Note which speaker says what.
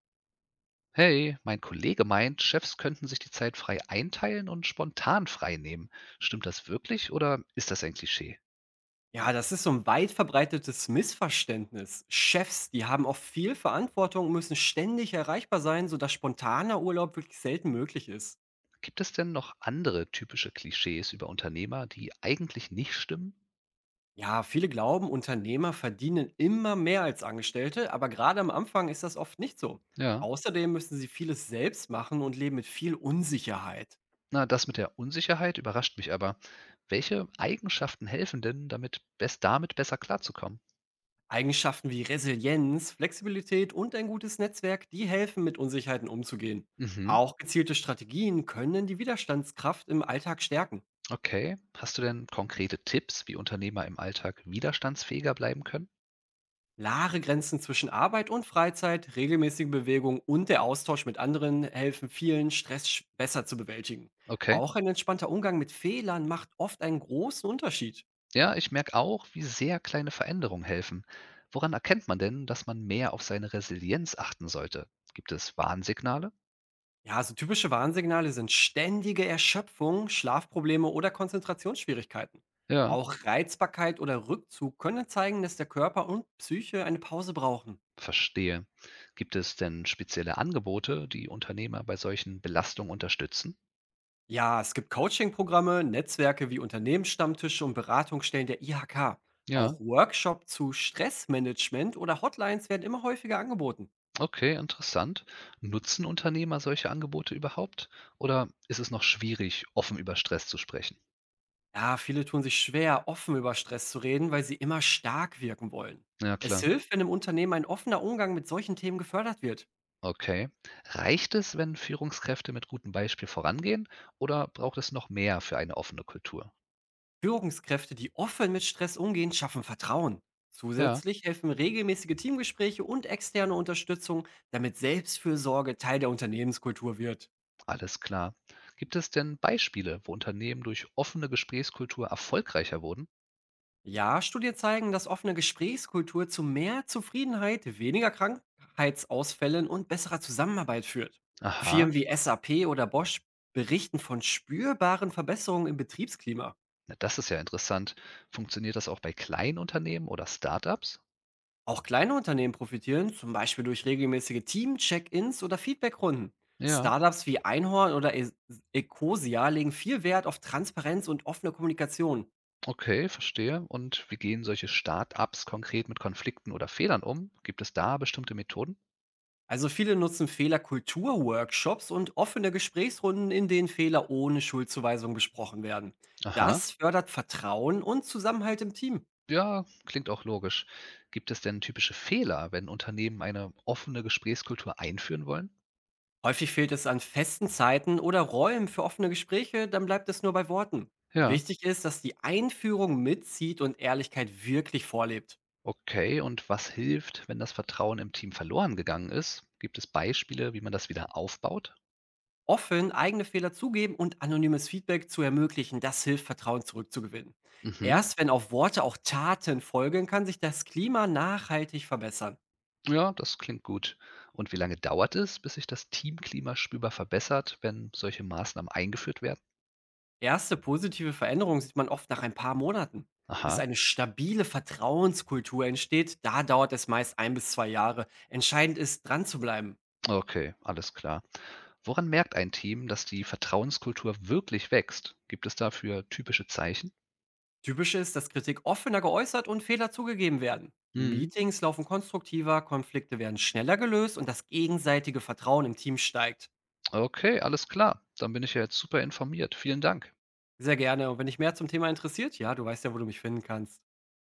Speaker 1: Hey, mein Kollege meint, Chefs könnten sich die Zeit frei einteilen und spontan frei nehmen. Stimmt das wirklich oder ist das ein Klischee?
Speaker 2: Ja, das ist so ein weit verbreitetes Missverständnis. Chefs, die haben oft viel Verantwortung und müssen ständig erreichbar sein, sodass spontaner Urlaub wirklich selten möglich ist.
Speaker 1: Gibt es denn noch andere typische Klischees über Unternehmer, die eigentlich nicht stimmen?
Speaker 2: Ja, viele glauben, Unternehmer verdienen immer mehr als Angestellte, aber gerade am Anfang ist das oft nicht so.
Speaker 1: Ja,
Speaker 2: Außerdem müssen sie vieles selbst machen und leben mit viel Unsicherheit.
Speaker 1: na, das mit der Unsicherheit überrascht mich aber. Welche Eigenschaften helfen denn, damit besser klarzukommen?
Speaker 2: Eigenschaften wie Resilienz, Flexibilität und ein gutes Netzwerk, die helfen, mit Unsicherheiten umzugehen.
Speaker 1: Mhm,
Speaker 2: Auch gezielte Strategien können die Widerstandskraft im Alltag stärken.
Speaker 1: okay. Hast du denn konkrete Tipps, wie Unternehmer im Alltag widerstandsfähiger bleiben können?
Speaker 2: Klare Grenzen zwischen Arbeit und Freizeit, regelmäßige Bewegung und der Austausch mit anderen helfen vielen, Stress besser zu bewältigen.
Speaker 1: Okay.
Speaker 2: Auch ein entspannter Umgang mit Fehlern macht oft einen großen Unterschied.
Speaker 1: Ja, ich merke auch, wie sehr kleine Veränderungen helfen. Woran erkennt man denn, dass man mehr auf seine Resilienz achten sollte? Gibt es Warnsignale?
Speaker 2: Ja, also typische Warnsignale sind ständige Erschöpfung, Schlafprobleme oder Konzentrationsschwierigkeiten.
Speaker 1: Ja,
Speaker 2: Auch Reizbarkeit oder Rückzug können zeigen, dass der Körper und Psyche eine Pause brauchen.
Speaker 1: verstehe. Gibt es denn spezielle Angebote, die Unternehmer bei solchen Belastungen unterstützen?
Speaker 2: Ja, es gibt Coaching-Programme, Netzwerke wie Unternehmensstammtische und Beratungsstellen der IHK.
Speaker 1: Ja,
Speaker 2: Auch Workshops zu Stressmanagement oder Hotlines werden immer häufiger angeboten.
Speaker 1: okay, interessant. Nutzen Unternehmer solche Angebote überhaupt? Oder ist es noch schwierig, offen über Stress zu sprechen?
Speaker 2: Ja, viele tun sich schwer, offen über Stress zu reden, weil sie immer stark wirken wollen.
Speaker 1: Ja,
Speaker 2: Es
Speaker 1: klar.
Speaker 2: hilft, wenn im Unternehmen ein offener Umgang mit solchen Themen gefördert wird.
Speaker 1: Okay. Reicht es, wenn Führungskräfte mit gutem Beispiel vorangehen? Oder braucht es noch mehr für eine offene Kultur?
Speaker 2: Führungskräfte, die offen mit Stress umgehen, schaffen Vertrauen.
Speaker 1: Ja,
Speaker 2: Zusätzlich helfen regelmäßige Teamgespräche und externe Unterstützung, damit Selbstfürsorge Teil der Unternehmenskultur wird.
Speaker 1: alles klar. Gibt es denn Beispiele, wo Unternehmen durch offene Gesprächskultur erfolgreicher wurden?
Speaker 2: Ja, Studien zeigen, dass offene Gesprächskultur zu mehr Zufriedenheit, weniger Krankheitsausfällen und besserer Zusammenarbeit führt.
Speaker 1: Aha,
Speaker 2: Firmen wie SAP oder Bosch berichten von spürbaren Verbesserungen im Betriebsklima.
Speaker 1: na, das ist ja interessant. Funktioniert das auch bei kleinen Unternehmen oder Startups?
Speaker 2: Auch kleine Unternehmen profitieren, zum Beispiel durch regelmäßige Team-Check-ins oder Feedbackrunden.
Speaker 1: Ja,
Speaker 2: Startups wie Einhorn oder Ecosia legen viel Wert auf Transparenz und offene Kommunikation.
Speaker 1: okay, verstehe. Und wie gehen solche Startups konkret mit Konflikten oder Fehlern um? Gibt es da bestimmte Methoden?
Speaker 2: Also viele nutzen Fehlerkultur-Workshops und offene Gesprächsrunden, in denen Fehler ohne Schuldzuweisung besprochen werden.
Speaker 1: Aha.
Speaker 2: Das fördert Vertrauen und Zusammenhalt im Team.
Speaker 1: Ja, klingt auch logisch. Gibt es denn typische Fehler, wenn Unternehmen eine offene Gesprächskultur einführen wollen?
Speaker 2: Häufig fehlt es an festen Zeiten oder Räumen für offene Gespräche, dann bleibt es nur bei Worten.
Speaker 1: Ja.
Speaker 2: Wichtig ist, dass die Einführung mitzieht und Ehrlichkeit wirklich vorlebt.
Speaker 1: Okay, und was hilft, wenn das Vertrauen im Team verloren gegangen ist? Gibt es Beispiele, wie man das wieder aufbaut?
Speaker 2: Offen eigene Fehler zugeben und anonymes Feedback zu ermöglichen, das hilft, Vertrauen zurückzugewinnen.
Speaker 1: Mhm.
Speaker 2: Erst wenn auf Worte auch Taten folgen, kann sich das Klima nachhaltig verbessern.
Speaker 1: Ja, das klingt gut. Und wie lange dauert es, bis sich das Teamklima spürbar verbessert, wenn solche Maßnahmen eingeführt werden?
Speaker 2: Erste positive Veränderungen sieht man oft nach ein paar Monaten. Bis
Speaker 1: Aha,
Speaker 2: eine stabile Vertrauenskultur entsteht, da dauert es meist ein bis zwei Jahre. Entscheidend ist, dran zu bleiben.
Speaker 1: okay, alles klar. Woran merkt ein Team, dass die Vertrauenskultur wirklich wächst? Gibt es dafür typische Zeichen?
Speaker 2: Typisch ist, dass Kritik offener geäußert und Fehler zugegeben werden.
Speaker 1: Mhm.
Speaker 2: Meetings laufen konstruktiver, Konflikte werden schneller gelöst und das gegenseitige Vertrauen im Team steigt.
Speaker 1: Okay, alles klar. Dann bin ich ja jetzt super informiert. Vielen Dank.
Speaker 2: Sehr gerne. Und wenn dich mehr zum Thema interessiert, ja, du weißt ja, wo du mich finden kannst.